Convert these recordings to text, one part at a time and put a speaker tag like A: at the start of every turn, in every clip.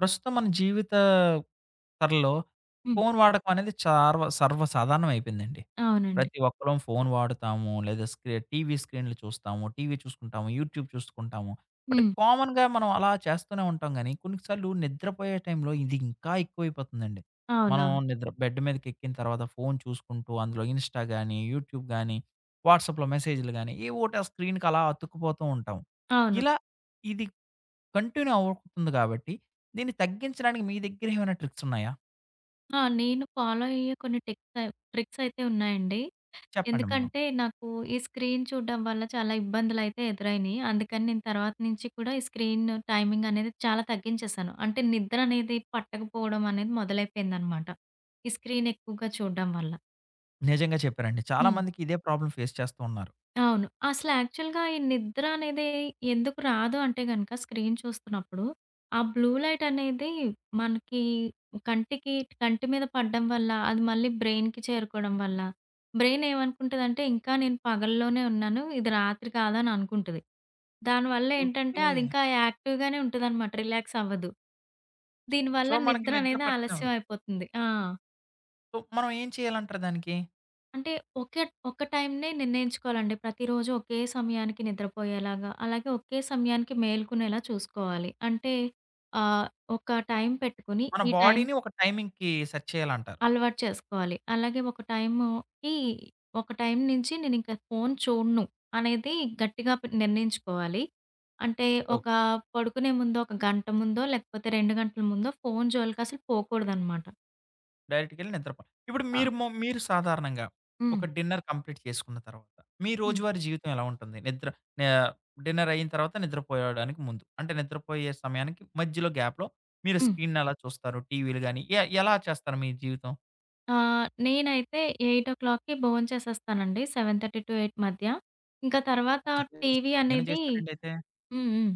A: ప్రస్తుతం మన జీవిత తరలో
B: హ్మ్.
A: ఫోను వాడకం అనేది సర్వసాధారణం అయిపోయిందండి.
B: అవునండి.
A: ప్రతి ఒక్కరం ఫోను వాడుతాము. లేదా టీవీ స్క్రీన్‌లు చూస్తాము. టీవీ చూసుకుంటాము. యూట్యూబ్ చూసుకుంటాము. బట్
B: హ్మ్.
A: కామన్‌గా మనం అలా చేస్తూనే ఉంటాం గానీ, కొన్నిసార్లు నిద్రపోయే టైంలో ఇది ఇంకా ఎక్కువైపోతుందండి. మనం
B: అవునవును.
A: బెడ్ మీదకెక్కిన తర్వాత ఫోను చూసుకుంటూ అందులో ఇన్‌స్టా గాని, యూట్యూబ్ గాని, వాట్సాప్‌లో మెసేజ్‌లు గాని, ఏవోటి ఆ స్క్రీన్‌కి అలా అతుక్కుపోతూ ఉంటాం.
B: అవును.
A: ఇలా ఇది కంటిన్యూ అవుతుంది కాబట్టి, దీన్ని తగ్గించడానికి మీ దగ్గర ఏమైనా ట్రిక్స్ ఉన్నాయా?
B: ఆ! నేను ఫాలో అయ్యే కొన్ని ట్రిక్స్ అయితే ఉన్నాయండి.
A: చెప్పండి మాకు.
B: ఎందుకంటే నాకు ఈ స్క్రీన్ చూడడం వల్ల చాలా ఇబ్బందులైతే ఎదురైనియి. అందుకని నేను తర్వాత నుంచి కూడా ఈ స్క్రీన్ టైమింగ్ అనేది చాలా తగ్గించేసాను. అంటే నిద్ర అనేది పట్టకపోవడం అనేది మొదలైపోయిందనమాట. ఈ స్క్రీన్ ఎక్కువగా చూడడం వల్ల.
A: నిజంగా చెప్పారండి. చాలా
B: హ్మ్.
A: మందికి ఇదే ప్రాబ్లమ్ ఫేస్ చేస్తూ ఉన్నారు.
B: అవును. అసలు యాక్చువల్‌గా ఈ నిద్ర అనేది ఎందుకు రాదు అంటే గనక స్క్రీన్ చూస్తున్నప్పుడు, ఆ బ్లూ లైట్ అనేది మనకి కంటికి కంటి మీద పడడం వల్ల, అది మళ్ళీ బ్రెయిన్‌కి చేరుకోవడం వల్ల, బ్రెయిన్ ఏమనుకుంటదంటే ఇంకా నేను పగల్లోనే ఉన్నాను, ఇది రాత్రి కాదని అనుకుంటది. దానివల్ల ఏంటంటే
A: ఓకే.
B: అది ఇంకా యాక్టివ్‌గానే ఉంటదనమాట. రిలాక్స్ అవ్వదు.
A: సో,
B: దీనివల్ల
A: మనకి
B: నిద్ర
A: నిద్ర
B: అనేది ఆలస్యం
A: పట్టనివ్వదు.
B: అయిపోతుంది. ఆ!
A: సో, మనం ఏం చేయాలంటారు దానికి?
B: అంటే ఒకే ఒక్క టైంనే నిర్ణయించుకోవాలండి. ప్రతిరోజు ఒకే సమయానికి నిద్రపోయేలాగా, అలాగే ఒకే సమయానికి మేలుకునేలా చూసుకోవాలి. అంటే ఆహ్, ఒక టైం పెట్టుకొని,
A: మన
B: ఈ టైం
A: బాడీని ఒక టైమింగ్‌కి సెట్ చేయాలంటారు.
B: అలవాటు చేసుకోవాలి. అలాగే ఒక టైం నుంచి నేనింక ఫోను చూడను అనేది గట్టిగా నిర్ణయించుకోవాలి. అంటే ఒక పడుకునే ముందో, ఒక గంట ముందో, లేకపోతే 2 గంటల ముందో ఫోను జోలికసలు పోకూడదనమాట.
A: డైరెక్ట్‌గెళ్లి నిద్రపో ఇప్పుడు
B: ఆ!
A: మీరు మీరు సాధారణంగా
B: హ్మ్.
A: ఒక డిన్నర్ కంప్లీట్ చేసుకున్న తర్వాత, మీ
B: హ్మ్.
A: రోజువారీ జీవితం ఎలా ఉంటుంది? నిద్ర నే డిన్నర్ అయిన తర్వాత నిద్రపోయడానికి ముందు. అంటే నిద్రపోయే సమయానికి మధ్యలో గ్యాప్‌లో మీరు
B: హ్మ్.
A: స్క్రీన్‌ని ఎలా చూస్తారు? టీవీలు గాని ఎలా చేస్తారు మీ జీవితం?
B: నేనైతే 8:00కి భోంచేసేస్తానండి. 7:30-8 మధ్య. ఇంకా తర్వాత
A: చాలా
B: టీవీ
A: స్ట్రిక్ట్ గానే
B: అనేది
A: చేస్తారండి అయితే.
B: హ్మ్. హ్మ్.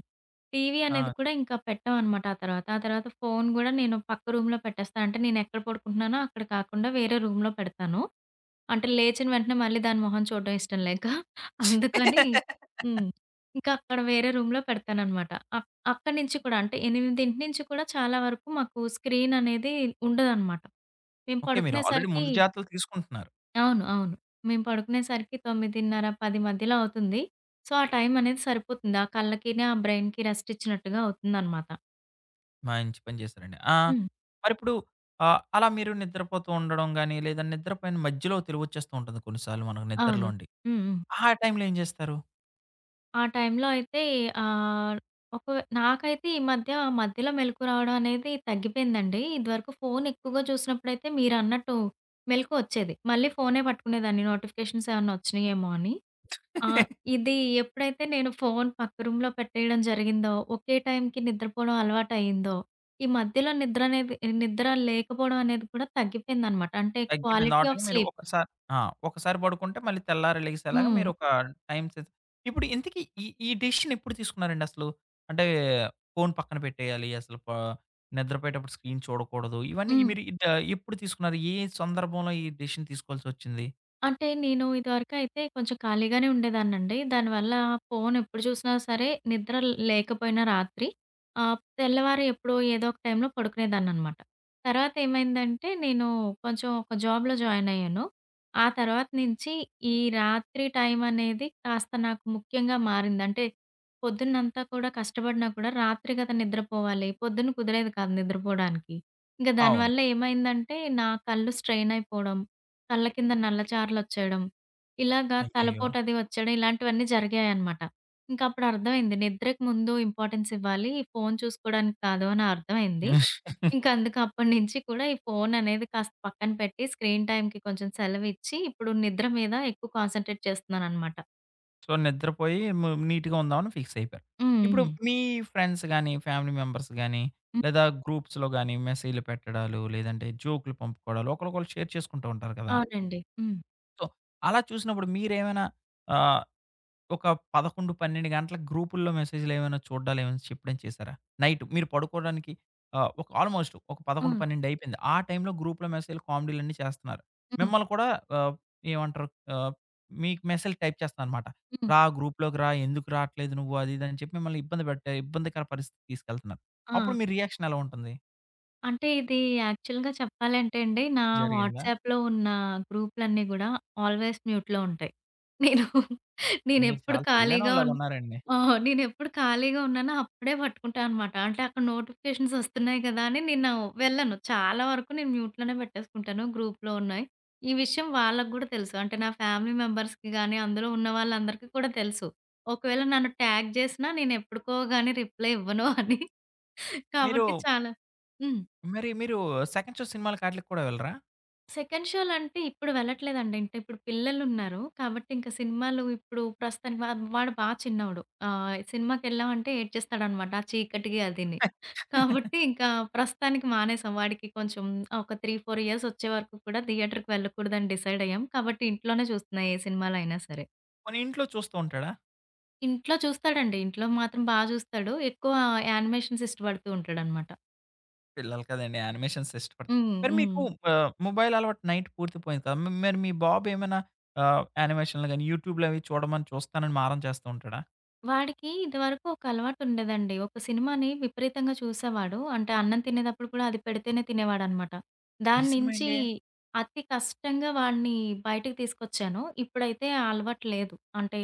B: టీవీ
A: ఆ,
B: అనేది కూడా
A: చెప్పండి.
B: ఇంకా పెట్టమనమాట ఆ తర్వాత. ఆ తర్వాత ఫోను గూడా నేను పక్క రూమ్‌లో పెట్టేస్తా. అంటే నేనెక్కడ పడుకుంటున్నానో అక్కడ కాకుండా వేరే రూమ్‌లో పెడతాను. అంటే లేచిన వెంటనే మళ్ళీ దాని మొహం చూడడం ఇష్టం లేక. అందుకని హ్మ్. ఇంకా అక్కడ వేరే రూమ్‌లో పెడతాననమాట. అక్కడి నుంచి కూడా అంటే 8 నుంచి కూడా చాలా వరకు మాకు స్క్రీన్ అనేది ఉండదనమాట. మేము
A: ఓకే. మీరు ఆల్రెడీ
B: పడుకునేసరికి
A: ముందు జాగ్రత్తలు తీసుకుంటున్నారు.
B: అవును. అవును. మేము పడుకునేసరికి 9:30, 10 మధ్యలో అవుతుంది. సో, ఆ టైం అనేది సరిపోతుంది. ఆ కళ్ళకిని, ఆ బ్రైన్‌కి రెస్ట్ ఇచ్చినట్టుగా అవుతుందనమాట.
A: మంచి పని చేశారండి. ఆ,
B: హ్మ్.
A: మరిప్పుడు అలా మీరు నిద్రపోతూ ఉండడం గాని, లేదా నిద్రపోయిన మధ్యలో తెలివొచ్చేస్తూ ఉంటుంది కొన్నిసార్లు మనకు
B: అవును.
A: నిద్రలోండి.
B: హ్మ్. హ్మ్.
A: ఆ టైంలో ఏం జేస్తారు?
B: ఆ టైంలో అయితే ఆహ్, ఒక నాకైతే ఈ మధ్య ఆ మధ్యలో మెలుకు రావడం అనేది తగ్గిపోయిందండి. ఇదివరకు ఫోను ఎక్కువగా చూసినప్పుడైతే మీరన్నట్టు మెలుకువొచ్చేది. మళ్ళీ ఫోనే పట్టుకునేదాన్ని నోటిఫికేషన్స్ ఏమన్నా వచ్చినాయేమో అని. ఆ! ఇది ఎప్పుడైతే నేను ఫోను పక్క రూమ్‌లో పెట్టేయడం జరిగిందో, ఒకే టైంకి నిద్రపోవడం అలవాటయిందో, ఈ మధ్యలో నిద్ర లేకపోవడం అనేది కూడా తగ్గిపోయిందనమాట. అంటే
A: తగ్గిపోయింది.
B: క్వాలిటీ
A: ఆల్రెడీ
B: ఆఫ్
A: మీరు
B: స్లీప్.
A: ఒక్కసారి ఆ, ఒకసారి పడుకుంటే మళ్ళీ తెల్లారి లెగిసేలాగా
B: హ్మ్.
A: మీరొక టైమ్ సెన్స్ ఇప్పుడు ఇంతకీ ఈ ఈ డెసిషన్ ఎప్పుడు తీసుకున్నారండి అసలు? అంటే ఫోను పక్కన పెట్టేయాలి. అసలు ప నిద్రపోయేటప్పుడు స్క్రీన్ చూడకూడదు. ఇవన్నీ
B: హ్మ్.
A: మీరు ఇద ఎప్పుడు తీసుకున్నారు? ఏ సందర్భంలో ఈ డెసిషన్ తీసుకోవాల్సొచ్చింది?
B: అంటే నేను ఇదివరకైతే కొంచెం ఖాళీగానే ఉండేదాన్నండి. దానివల్ల ఫోను ఎప్పుడు చూసినా సరే నిద్ర లేకపోయినా రాత్రి తెల్లవారి ఎప్పుడో ఏదో ఒక టైంలో పడుకునేదాన్ననమాట. తర్వాత ఏమైందంటే నేను కొంచెం ఒక జాబ్‌లో జాయిన్ అయ్యాను. ఆ తర్వాత నుంచి ఈ రాత్రి టైం అనేది కాస్త నాకు ముఖ్యంగా మారింది. అంటే పొద్దున్నంతా కూడా కష్టపడినా కూడా రాత్రి కదా నిద్రపోవాలి. పొద్దున్న కుదిరేది కాదు నిద్రపోవడానికి. ఇంక
A: అవును.
B: దానివల్ల ఏమైందంటే నా కళ్ళు స్ట్రెయిన్ అయిపోవడం, కళ్ళ కింద నల్ల చారలొచ్చేయడం, ఇలాగా
A: అయ్యయ్యో!
B: తలపోటది వచ్చేయడం ఇలాంటివన్నీ జరిగాయనమాట. ఇంకప్పుడు అర్థమైంది నిద్రకు ముందు ఇంపార్టెన్స్ ఇవ్వాలి. ఫోను చూసుకోవడానికి కాదు అని అర్థమైంది. ఇంక అందుకు అప్పటినుంచి కూడా ఈ ఫోననేది కాస్త పక్కన పెట్టి స్క్రీన్ టైమ్‌కి కొంచెం సెలవిచ్చి ఇప్పుడు నిద్ర మీద ఎక్కువ కాన్సంట్రేట్ చేస్తున్నాననమాట.
A: సో, నిద్రపోయి నీట్‌గా ఉందామని ఫిక్స్ అయిపోయారు.
B: హ్మ్.
A: ఇప్పుడు
B: హ్మ్.
A: మీ ఫ్రెండ్స్ గాని, ఫ్యామిలీ మెంబర్స్ గాని,
B: హ్మ్.
A: లేదా గ్రూప్స్‌లో గాని మెసేజ్‌లు పెట్టడాలు, లేదంటే జోక్‌లు పంపుకోవడాలు ఒకళ్ళకొకళ్ళు షేర్ చేసుకుంటూ ఉంటారు కదా!
B: అవునండి. హ్మ్.
A: సో, అలా చూసినప్పుడు మీరేమైనా ఆహ్ ఒక 11, 12 గంటలకు గ్రూపుల్లో మెసేజ్‌లేమైనా చూడ్డాలేమైనా చెప్పడం చేశారా? నైట్ మీరు పడుకోవడానికి ఒక ఆల్‌మోస్ట్ ఒక 11,
B: హ్మ్.
A: 12 అయిపోయింది. ఆ టైంలో గ్రూప్‌లో మెసేజ్‌లు, కామెడీలన్నీ చేస్తున్నారు.
B: హ్మ్.
A: మిమ్మల్ని కూడా ఆహ్, ఏమంటారు ఆహ్, మీకు మెసేజ్ టైప్ చేస్తున్నారనమాట.
B: హ్మ్.
A: "రా గ్రూప్‌లోకి రా, ఎందుకు రాట్లేదు నువ్వు?" అది ఇది అని చెప్పి మిమ్మల్ని ఇబ్బందికర పరిస్థితికి తీసుకెళ్తున్నారు. అప్పుడు
B: ఆ!
A: మీ రియాక్షన్ ఎలా ఉంటుంది?
B: అంటే ఇది యాక్చువల్‌గా చెప్పాలంటే అండి, నా
A: జరిగిందా?
B: వాట్సాప్‌లో ఉన్న గ్రూప్‌లన్నీ గూడా ఆల్వేస్ మ్యూట్‌లో ఉంటాయి. నేను
A: మీరు
B: నేనెప్పుడు
A: చాలా
B: ఖాళీగా
A: తెలివైనోళ్ళలాగా
B: ఉన్
A: ఉన్నారండి.
B: ఆ! నేనెప్పుడు ఖాళీగా ఉన్నానో అప్పుడే పట్టుకుంటా అనమాట. అంటే అక్కడ నోటిఫికేషన్స్ వస్తున్నాయి గదా అని నేను వెళ్ళను. చాలా వరకు నేను మ్యూట్‌లోనే పెట్టేసుకుంటాను గ్రూప్‌లో ఉన్నాయి. ఈ విషయం వాళ్ళకి గూడా తెలుసు. అంటే నా ఫ్యామిలీ మెంబర్స్‌కి గానీ, అందులో ఉన్న వాళ్ళందరికీ కూడా తెలుసు. ఒకవేళ నన్ను ట్యాగ్ జేసినా నేనెప్పుడుకో గానీ రిప్లై ఇవ్వను అని.
A: మీరు
B: కాబట్టి చాలా హ్మ్.
A: మరి మీరు సెకండ్ షో సినిమాలకి ఆటిలకి కూడా వెళ్ళరా?
B: సెకండ్ షోలంటే ఇప్పుడు వెళ్ళట్లేదండి. అంటే ఇప్పుడు పిల్లలున్నారు. కాబట్టి ఇంక సినిమాలు ఇప్పుడు ప్రస్తుతానికి వాడు బా చిన్నోడు. సినిమాకెళ్ళామంటే ఏడ్చేస్తాడనమాట. ఆ చీకటికి అదిని. కాబట్టి ఇంకా ప్రస్తుతానికి మానేసాం. వాడికి కొంచెం ఒక 3, 4 ఇయర్స్ వచ్చే వరకు కూడా థియేటర్‌కి వెళ్ళకూడదని డిసైడ్ అయ్యాం. కాబట్టి ఇంట్లోనే చూస్తున్నా ఏ సినిమాలైనా సరే.
A: పోనీ ఇంట్లో చూస్తూ ఉంటాడా?
B: ఇంట్లో చూస్తాడండి. ఇంట్లో మాత్రం బా చూస్తాడు. ఎక్కువ యానిమేషన్స్ ఇష్టపడుతూ ఉంటాడనమాట.
A: పిల్లలు కదండీ! యానిమేషన్స్ ఇష్టపడతారు.
B: హ్మ్.
A: మరి
B: హ్మ్.
A: మీకు మొబైల్ అలవాటు నైట్ పూర్తిపోయింది కదా! మరి మీ బాబు ఏమైనా యానిమేషన్‌లు గాని, యూట్యూబ్‌లో అవి చూస్తానని మారం చేస్తూ ఉంటాడా?
B: వాడికి ఇదివరకు ఒక అలవాటుండేదండి. ఒక సినిమాని విపరీతంగా చూసేవాడు. అంటే అన్నం తినేటప్పుడు కూడా అది పెడితేనే తినేవాడనమాట.
A: ఈ
B: దాని
A: సినిమా
B: నుంచి
A: ఏంటి?
B: అతి కష్టంగా వాడిని బయటికి తీసుకొచ్చాను. ఇప్పుడైతే ఆ అలవాటు లేదు. అంటే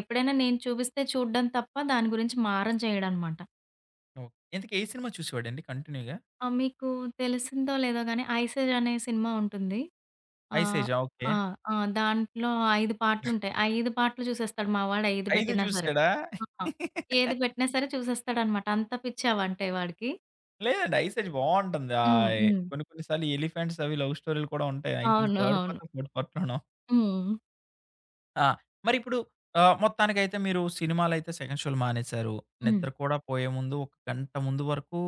B: ఎప్పుడైనా నేను చూపిస్తే చూడడం తప్ప దాని గురించి మారం చేయడనమాట.
A: ఓకే. ఇంతకీ ఏ సినిమా చూసేవాడండి కంటిన్యూ‌గా?
B: ఆ! మీకు తెలిసిందో లేదో గానీ 'ఐసేజ్' అనే సినిమా ఉంటుంది. ఆహ్.
A: 'ఐసేజా', ఓకే.
B: ఆ! ఆ! దాంట్లో 5 పాటలుంటాయి. 5 పాటలు చూసేస్తాడు మా వాడు ఏది
A: 5
B: పెట్టినా సరే.
A: చూసేసాడా?
B: ఆ! ఏది పెట్టినా సరే చూసేస్తాడనమాట. అంత పిచ్చావంటే వాడికి.
A: లేదండి, 'ఐసేజ్' బావుంటుంది.
B: హ్మ్. హ్మ్.
A: కొన్ని కొన్ని సార్లు ఎలిఫెంట్స్ అవి లవ్ స్టోరీ‌లు కూడా ఉంటాయి. ఐ థింక్
B: అవును.
A: థర్డ్
B: అవును.
A: పార్టో, ఫోర్త్ పార్ట్‌లోనో.
B: హ్మ్.
A: ఆ, మరిప్పుడు మొత్తానికైతే మీరు సినిమాలైతే సెకండ్ షోలు మానేశారు.
B: హ్మ్.
A: నిద్ర కూడా పోయే ముందు ఒక గంట ముందు వరకు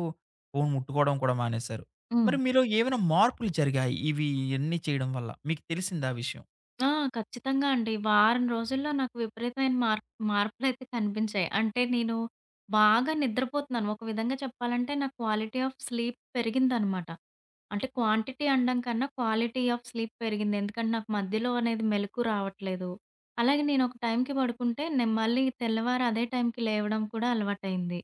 A: ఫోను ముట్టుకోవడం కూడా మానేశారు.
B: హ్మ్.
A: మరి మీలో ఏమైనా మార్పులు జరిగాయి ఇవి ఇయన్నీ చేయడం వల్ల? మీకు తెలిసిందా ఆ విషయం?
B: ఆ! ఖచ్చితంగా అండి. వారం రోజుల్లో నాకు విపరీతమైన మార్పులైతే కనిపించాయి. అంటే నేను బాగా నిద్రపోతున్నాను. ఒక విధంగా చెప్పాలంటే నా క్వాలిటీ ఆఫ్ స్లీప్ పెరిగిందనమాట. అంటే క్వాంటిటీ అనడం కన్నా క్వాలిటీ ఆఫ్ స్లీప్ పెరిగింది. ఎందుకంటే నాకు మధ్యలో అనేది మెలుకువ రావట్లేదు. అలాగే నేను ఒక టైంకి పడుకుంటే నేను మళ్ళీ తెల్లవారు అదే టైంకి లేవడం కూడా అలవాటయింది.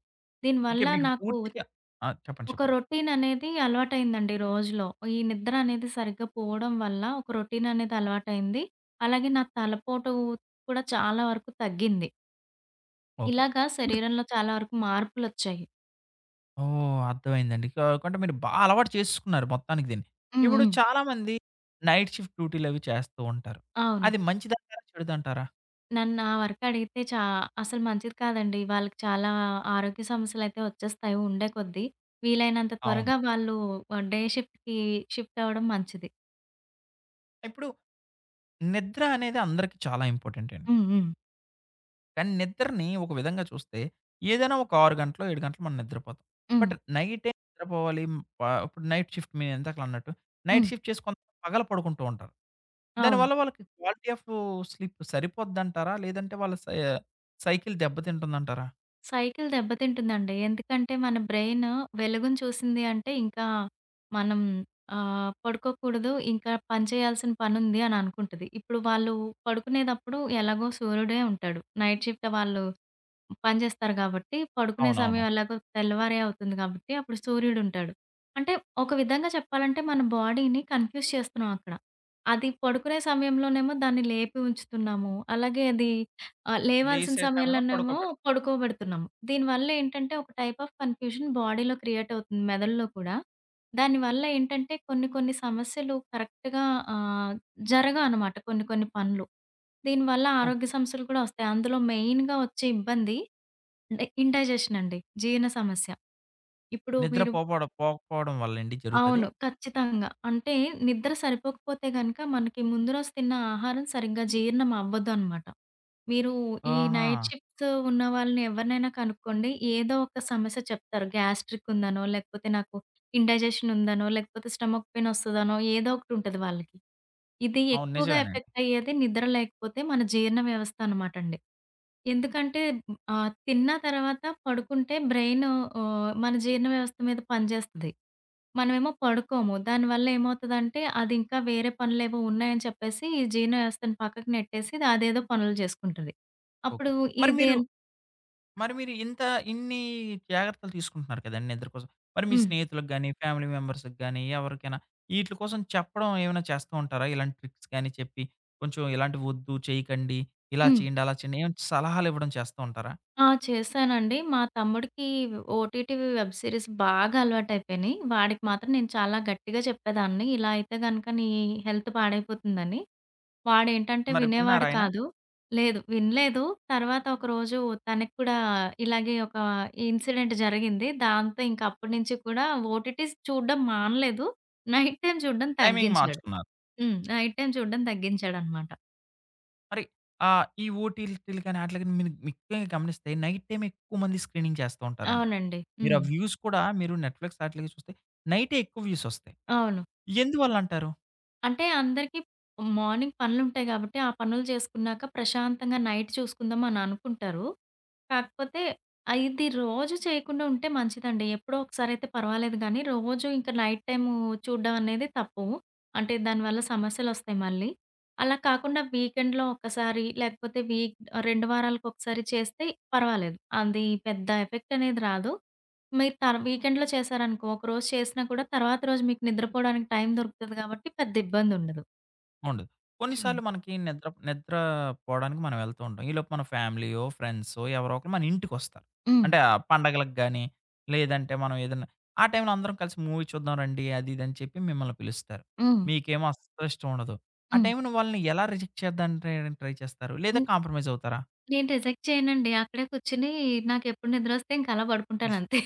A: ఓకే.
B: దీనివల్ల
A: మీకు
B: నాకు
A: పూర్తిగా ఆ, చెప్పండి.
B: ఒక
A: చెప్పండి.
B: రొటీన్ అనేది అలవాటయిందండి రోజులో. ఈ నిద్ర అనేది సరిగ్గా పోవడం వల్ల ఒక రొటీన్ అనేది అలవాటయింది. అలాగే నా తలపోటు కూడా చాలా వరకు తగ్గింది.
A: ఓకే.
B: ఇలాగా
A: ఇప్పుడు
B: శరీరంలో చాలా వరకు మార్పులొచ్చాయి.
A: ఓహ్, అర్థమైందండి. కంటే మీరు బా అలవాటు చేసుకున్నారు మొత్తానికి దీన్ని.
B: హ్మ్.
A: ఇప్పుడు
B: హ్మ్.
A: చాలామంది నైట్ షిఫ్ట్ డ్యూటీలవి చేస్తూ ఉంటారు.
B: అవును.
A: అది మంచిదంటారా? చెడుదంటారా?
B: నన్ను నా వరకు అడిగితే చా అసలు మంచిది కాదండి. వాళ్ళకి చాలా ఆరోగ్య సమస్యలైతే వచ్చేస్తాయి ఉండే కొద్దీ. వీలైనంత
A: అవును.
B: త్వరగా వాళ్ళు డే షిఫ్ట్‌కి అవ్వడం మంచిది.
A: ఇప్పుడు నిద్ర అనేది అందరికి చాలా ఇంపార్టెంట్ అండి.
B: హ్మ్. హ్మ్.
A: కానీ నిద్రని ఒక విధంగా చూస్తే ఏదైనా ఒక 6 గంటలో, 7 గంటలో మనం నిద్రపోతాం.
B: హ్మ్.
A: బట్ నైటే నిద్రపోవాలి. హ్మ్, ఇప్పుడు నైట్ షిఫ్ట్ మీరు ఇందాకలా అన్నట్టు నైట్
B: హ్మ్.
A: షిఫ్ట్ చేసి కొంతమంది పగలు పడుకుంటూ ఉంటారు.
B: అవును.
A: దానివల్ల వాళ్ళకి క్వాలిటీ ఆఫ్ స్లీప్ సరిపోద్దంటారా? లేదంటే వాళ్ళ సైకిల్ దెబ్బతింటుందంటారా?
B: సైకిల్ దెబ్బతింటుందండి. ఎందుకంటే మన బ్రెయిన్ వెలుగును చూసింది అంటే ఇంకా మనం పడుకోకూడదు. ఇంకా పని చేయాల్సిన పనుంది అని అనుకుంటది. ఇప్పుడు వాళ్ళు పడుకునేటప్పుడు ఎలాగో సూర్యుడే ఉంటాడు. నైట్ షిఫ్ట్ వాళ్ళు పని చేస్తారు కాబట్టి, పడుకునే
A: అవునవును.
B: సమయం ఎలాగో తెల్లవారే అవుతుంది కాబట్టి అప్పుడు సూర్యుడుంటాడు. అంటే ఒక విధంగా చెప్పాలంటే మన బాడీని కన్‌ఫ్యూజ్ చేస్తున్నాం అక్కడ. అది పడుకునే సమయంలోనేమో దాన్ని లేపి ఉంచుతున్నాము. అలాగే అది లేవాల్సిన
A: లేసే సమయంలో
B: సమయంలోనేమో
A: పడుకోబెడతాం.
B: పడుకోబెడుతున్నాము. దీనివల్ల ఏంటంటే ఒక టైప్ ఆఫ్ కన్‌ఫ్యూజన్ బాడీలో క్రియేట్ అవుతుంది మెదడులో కూడా. దానివల్ల ఏంటంటే కొన్ని కొన్ని సమస్యలు కరెక్ట్‌గా ఆహ్, జరగవనమాట కొన్ని కొన్ని పనులు. దీనివల్ల
A: ఓకే.
B: ఆరోగ్య సమస్యలు కూడా వస్తాయి. అందులో మెయిన్‌గా వచ్చే ఇబ్బంది అంటే ఇండైజెషన్ అండి. జీర్ణ సమస్య. ఇప్పుడు
A: నిద్ర
B: మీరు
A: పోకపోవడం వల్లండి జరుగుతది?
B: అవును. ఖచ్చితంగా. అంటే నిద్ర సరిపోకపోతే గనక మనకి ముందు రోజు తిన్న ఆహారం సరిగ్గా జీర్ణం అవ్వదనమాట. మీరు ఈ
A: ఆహా!
B: నైట్ షిఫ్ట్స్ ఉన్న వాళ్ళని ఎవరినైనా కనుక్కోండి. ఏదో ఒక సమస్య చెప్తారు. గ్యాస్ట్రిక్ ఉందనో, లేకపోతే నాకు ఇండైజెషన్ ఉందనో, లేకపోతే స్టమక్ పెయిన్ వస్తదనో ఏదో ఒకటి ఉంటది వాళ్ళకి. ఇది
A: అవును,
B: ఎక్కువగా
A: నిజమేనండి.
B: ఎఫెక్ట్ అయ్యేది నిద్ర లేకపోతే మన జీర్ణ వ్యవస్థ అనమాట అండి. ఎందుకంటే తిన్న తర్వాత పడుకుంటే బ్రెయిన్ మన జీర్ణ వ్యవస్థ మీద పనిచేస్తది. మనమేమో పడుకోము. దానివల్ల ఏమవుతదంటే, అది ఇంకా వేరే పనులేవో ఉన్నాయని చెప్పేసి, ఈ జీర్ణవ్యవస్థను పక్కకు నెట్టేసి ఇది అదేదో పనులు జేసుకుంటది.
A: ఓకే.
B: అప్పుడు
A: మరి
B: ఇదే
A: మీరు మరి మీరు ఇన్ని జాగ్రత్తలు తీసుకుంటున్నారు కదండీ! నిద్ర కోసం. మరి మీ
B: హ్మ్.
A: స్నేహితులకు గాని, ఫ్యామిలీ మెంబర్స్‌కి గాని, ఎవరికైనా ఈట్లి కోసం చెప్పడం ఏమైనా చేస్తూ ఉంటారా? ఇలాంటి ట్రిక్స్ గాని చెప్పి, కొంచెం ఇలాంటివి వద్దు, చేయకండి, ఇలా
B: హ్మ్.
A: చేయండి, అలా చేయండి ఏమైనా సలహాలు ఇవ్వడం చేస్తూ ఉంటారా?
B: ఆ! చేశానండి. మా తమ్ముడికి ఓటీటీ వెబ్ సిరీస్ బాగా అలవాటయిపోయినియి. వాడికి మాత్రం నేను చాలా గట్టిగా చెప్పేదాన్ని. ఇలా అయితే గనక నీ హెల్త్ పాడైపోతుందని. వాడేంటంటే
A: మరి విన్నారా
B: వినేవాడు
A: ఆయన?
B: కాదు. లేదు. వినలేదు. తర్వాత ఒకరోజు తనకి కూడా ఇలాగే ఒక ఇన్సిడెంట్ జరిగింది. దాంతో ఇంక అప్పటి నుంచి కూడా ఓటీటీస్ చూడడం మానలేదు. నైట్ టైమ్ చూడడం
A: టైమింగ్
B: తగ్గించాడు.
A: మార్చుకున్నారు.
B: హ్మ్. నైట్ టైమ్ చూడడం తగ్గించాడనమాట.
A: మరి ఈ ఓటీటీలు కానీ ఆటిలకి మీరు ముఖ్యంగా గమనిస్తే నైట్ టైమ్ ఎక్కువ మంది స్క్రీనింగ్ చేస్తూ ఉంటారండి.
B: అవునండి.
A: మీరు ఆ
B: హ్మ్.
A: వ్యూస్ కూడా మీరు నెట్‌ఫ్లిక్స్ ఆటిలకి చూస్తే నైటే ఎక్కువ వ్యూస్ ఒస్తాయి.
B: అవును.
A: ఎందువల్లంటారు?
B: అంటే అందరికీ మార్నింగ్ పనులుంటాయి గాబట్టి, ఆ పనులు చేసుకున్నాక ప్రశాంతంగా నైట్ చూసుకుందాం అని అనుకుంటారు. కాకపోతే ఇది రోజు చేయకుండా ఉంటే మంచిదండి. ఎప్పుడో ఒకసారయితే పర్వాలేదు గానీ, రోజు ఇంక నైట్ టైము చూడడం అనేది తప్పు. అంటే దానివల్ల సమస్యలొస్తాయి మళ్ళీ. అలా కాకుండా వీకెండ్‌లో ఒక్కసారి లేకపోతే 2 వారాలకొకసారి చేస్తే పర్వాలేదు. అది పెద్ద ఎఫెక్ట్ అనేది రాదు. మీరు వీకెండ్‌లో చేశారనుకో, ఒకరోజు చేసినా కూడా తర్వాత రోజు మీకు నిద్రపోవడానికి టైం దొరుకుతది కాబట్టి పెద్ద ఇబ్బందుండదు.
A: ఉండదు.
B: హ్మ్.
A: కొన్నిసార్లు మనకి నిద్ర నిద్ర పోవడానికి మనం వెళ్తూ ఉంటాం. ఈలోపు మన ఫ్యామిలీయో, ఫ్రెండ్సో ఎవరో ఒకరు మన ఇంటికొస్తారు.
B: హ్మ్.
A: అంటే ఆ పండగలకు గాని, లేదంటే మనం ఏదన్నా ఆ టైంలో అందరం కలిసి మూవీ చూద్దాం రండి అది ఇది అని చెప్పి మిమ్మల్ని పిలుస్తారు.
B: హ్మ్.
A: మీకేమో అస్సలు ఇష్టం ఉండదు. ఆ టైంలో వాళ్ళని ఎలా రిజెక్ట్ చేద్దానికి ట్రై ట్రై చేస్తారు? లేదా
B: హ్మ్.
A: కాంప్రమైజ్ అవుతారా?
B: నేను రిజెక్ట్ చేయనండి. అక్కడే కూర్చొని నాకెప్పుడు నిద్రొస్తే ఇంక అలా పడుకుంటానంతే.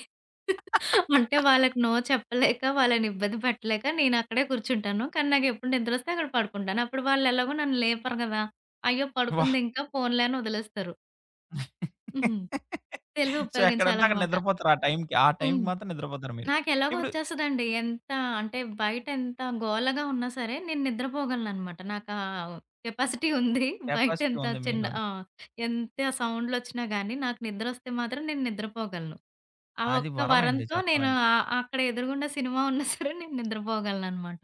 B: అంటే వాళ్ళకి నో చెప్పలేక, వాళ్ళని ఇబ్బంది పెట్టలేక నేనక్కడే కూర్చుంటాను. కానీ నాకెప్పుడు నిద్రొస్తే అక్కడ పడుకుంటాను. అప్పుడు వాళ్ళెలాగో నన్ను లేపరు గదా! అయ్యో!
A: వాహ్!
B: పడుకుందింకా పోన్లే అని వదిలేస్తారు. హ్మ్. తెలివి
A: సో, ఎక్కడంటే అక్కడ
B: ఉపయోగించాలనమాట.
A: నిద్రపోతారు. ఆ టైంకి
B: హ్మ్.
A: మాత్రం నిద్రపోతారు మీరు.
B: నాకెలాగో
A: ఇప్పుడు
B: వచ్చేస్తదండి. ఎంత అంటే బయట ఎంత గోలగా ఉన్నా సరే నేను నిద్రపోగలననమాట. నాకా కెపాసిటీ ఉంది. బయట
A: కెపాసిటీ
B: ఎంత
A: ఉంది
B: చిన్న
A: మీలోని.
B: ఆ! ఎంత సౌండ్‌లొచ్చినా గానీ నాకు నిద్రొస్తే మాత్రం నేను నిద్రపోగలను. ఆ
A: అది
B: ఒక్క
A: వరమండి
B: వరంతో నేను
A: చెప్పాలంటే.
B: అక్కడ ఎదురుగుండా సినిమా ఉన్నా సరే నేను నిద్రపోగలననమాట.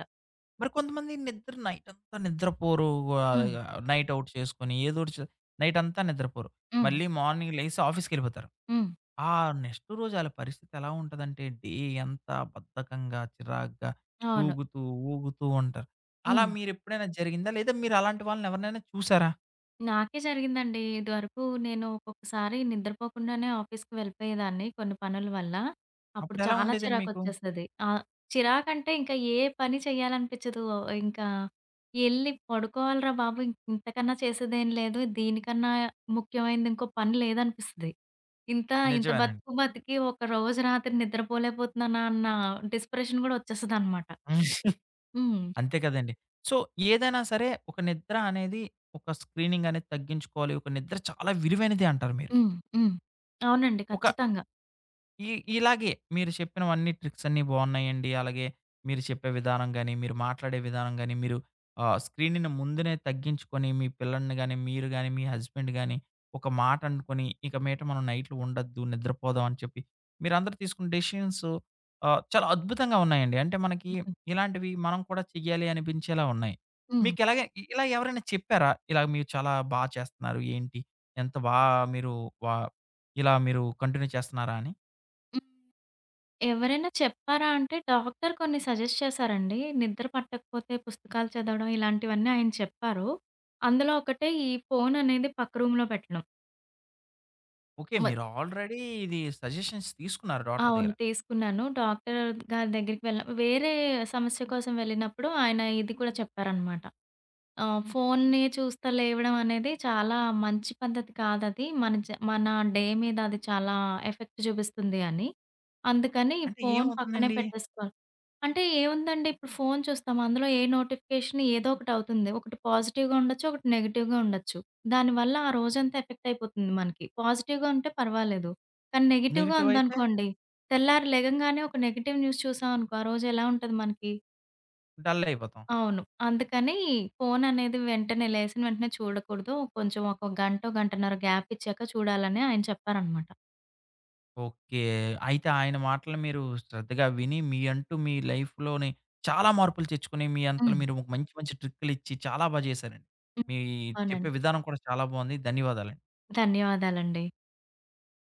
A: మరి కొంతమంది నైటంతా నిద్రపోరు. ఆహ్,
B: హ్మ్.
A: నైట్ ఔట్ చేసుకొని ఏదోటి చే నైటంతా నిద్రపోరు.
B: హ్మ్.
A: మళ్ళీ మార్నింగ్ లేసి ఆఫీస్‌కెళ్ళిపోతారు.
B: హ్మ్.
A: ఆ నెక్స్ట్ రోజు ఆళ్ళ పరిస్థితి ఎలా ఉంటదంటే, డే అంతా బద్ధకంగా, చిరాగ్గా,
B: అవును.
A: తూగుతూ, ఊగుతూ ఉంటారు. అలా మీరెప్పుడైనా జరిగిందా? లేదా మీరు అలాంటి వాళ్ళని ఎవరినైనా చూసారా?
B: నాకే జరిగిందండి. ఇదివరకు నేను ఒక్కొక్కసారి నిద్రపోకుండానే ఆఫీస్‌కి వెళ్ళిపోయేదాన్ని కొన్ని పనుల వల్ల. అప్పుడు
A: అప్పుడెలా
B: చాలా
A: ఉండేదండి మీకు?
B: చిరాకొచ్చేసేది. చిరాకంటే ఇంకా ఏ పని చేయాలనిపించదు. ఇంకా ఎళ్లి పడుకోవాలిరా బాబు! ఇంక ఇంతకన్నా చేసేదేం లేదు. దీనికన్నా ముఖ్యమైనది ఇంకో పని లేదనిపిస్తది. ఇంత ఇంత
A: నిజమేనండి.
B: బతుకు బతికి ఒక రోజు రాత్రి నిద్రపోలేకపోతున్నానా అన్న డిస్ప్రెషన్ కూడా వచ్చేస్తదనమాట. హ్మ్.
A: అంతే కదండీ. సో, ఏదైనా సరే ఒక నిద్ర అనేది ఒక స్క్రీనింగ్ అనేది తగ్గించుకోవాలి. ఒక నిద్ర చాలా విలువైనది అంటారు మీరు.
B: హ్మ్. హ్మ్. అవునండి.
A: ఒక
B: ఖచ్చితంగా.
A: ఈ ఇలాగే మీరు చెప్పినవన్నీ ట్రిక్స్ అన్నీ బాగున్నాయండి. అలాగే మీరు చెప్పే విధానం గాని, మీరు మాట్లాడే విధానం గాని, మీరు స్క్రీన్‌ని ముందునే తగ్గించుకొని మీ పిల్లల్ని గాని, మీరు గాని, మీ హస్బెండ్ గాని ఒక మాట అనుకోని, ఇక మీదట మనం నైట్‌లు ఉండొద్దు, నిద్రపోదాం అని చెప్పి మీరందరూ తీసుకున్న డెసిషన్స్ చాలా అద్భుతంగా ఉన్నాయండి. అంటే మనకి
B: హ్మ్.
A: ఇలాంటివి మనం కూడా చెయ్యాలి అనిపించేలా ఉన్నాయి.
B: హ్మ్.
A: మీకెలాగే ఇలా ఎవరైనా చెప్పారా? ఇలా మీరు చాలా బా చేస్తున్నారు ఏంటి? ఎంత బా మీరు వ ఇలా మీరు కంటిన్యూ చేస్తున్నారా అని?
B: ఎవరైనా చెప్పారా అంటే, డాక్టర్ కొన్ని సజెస్ట్ చేశారండి. నిద్ర పట్టకపోతే పుస్తకాలు చదవడం ఇలాంటివన్నీ ఆయన చెప్పారు. అందులో ఒకటే ఈ ఫోన్ అనేది పక్క రూమ్‌లో పెట్టడం.
A: ఓకే.
B: మద్
A: మీరు ఆల్రెడీ ఇది సజెషన్స్ తీసుకున్నారు డాక్టర్
B: అవును.
A: దగ్గర.
B: తీసుకున్నాను. డాక్టర్ గారి దగ్గరికి వెళ్ళిన వేరే సమస్య కోసం వెళ్ళినప్పుడు ఆయన ఇది కూడా చెప్పారనమాట. ఆ! ఫోన్‌ని చూస్తా లేవడం అనేది చాలా మంచి పద్ధతి కాదది. మన డే మీద అది చాలా ఎఫెక్ట్ చూపిస్తుంది అని. అందుకని
A: అంటే
B: ఫోన్ పక్కనే
A: ఏమవుతుందండి?
B: పెట్టేసుకోవాలి. అంటే ఏముందండి ఇప్పుడు ఫోన్ చూస్తాం. అందులో ఏ నోటిఫికేషన్ ఏదో ఒకటవుతుంది. ఒకటి పాజిటివ్‌గా ఉండొచ్చు. ఒకటి నెగెటివ్‌గా ఉండొచ్చు. దానివల్ల ఆ రోజంతా ఎఫెక్ట్ అయిపోతుంది మనకి. పాజిటివ్‌గా ఉంటే పర్వాలేదు. కానీ నెగెటివ్‌గా
A: నెగెటివ్ అయితే
B: ఉందనుకోండి, తెల్లారి లెగంగానే ఒక నెగెటివ్ న్యూస్ చూసామనుకో, ఆ రోజు ఎలా ఉంటది మనకి?
A: డల్ అయిపోతాం.
B: అవును. అందుకని ఫోననేది వెంటనే లేసిన వెంటనే చూడకూడదు. కొంచెం ఒక గంటో, గంటన్నర గ్యాప్ ఇచ్చాక చూడాలని ఆయన చెప్పారనమాట.
A: ఓకే. అయితే ఆయన మాటలు మీరు శ్రద్ధగా విని మీ అంటూ మీ లైఫ్‌లోని చాలా మార్పులు తెచ్చుకొని, మీ అంతలో
B: హ్మ్.
A: మీరు ఒక మంచి మంచి ట్రిక్కులిచ్చి చాలా బా చేశారండి.
B: హ్మ్.
A: మీ చెప్పే
B: అవునండి.
A: విధానం కూడా చాలా బావుంది. ధన్యవాదాలండి.
B: ధన్యవాదాలండి.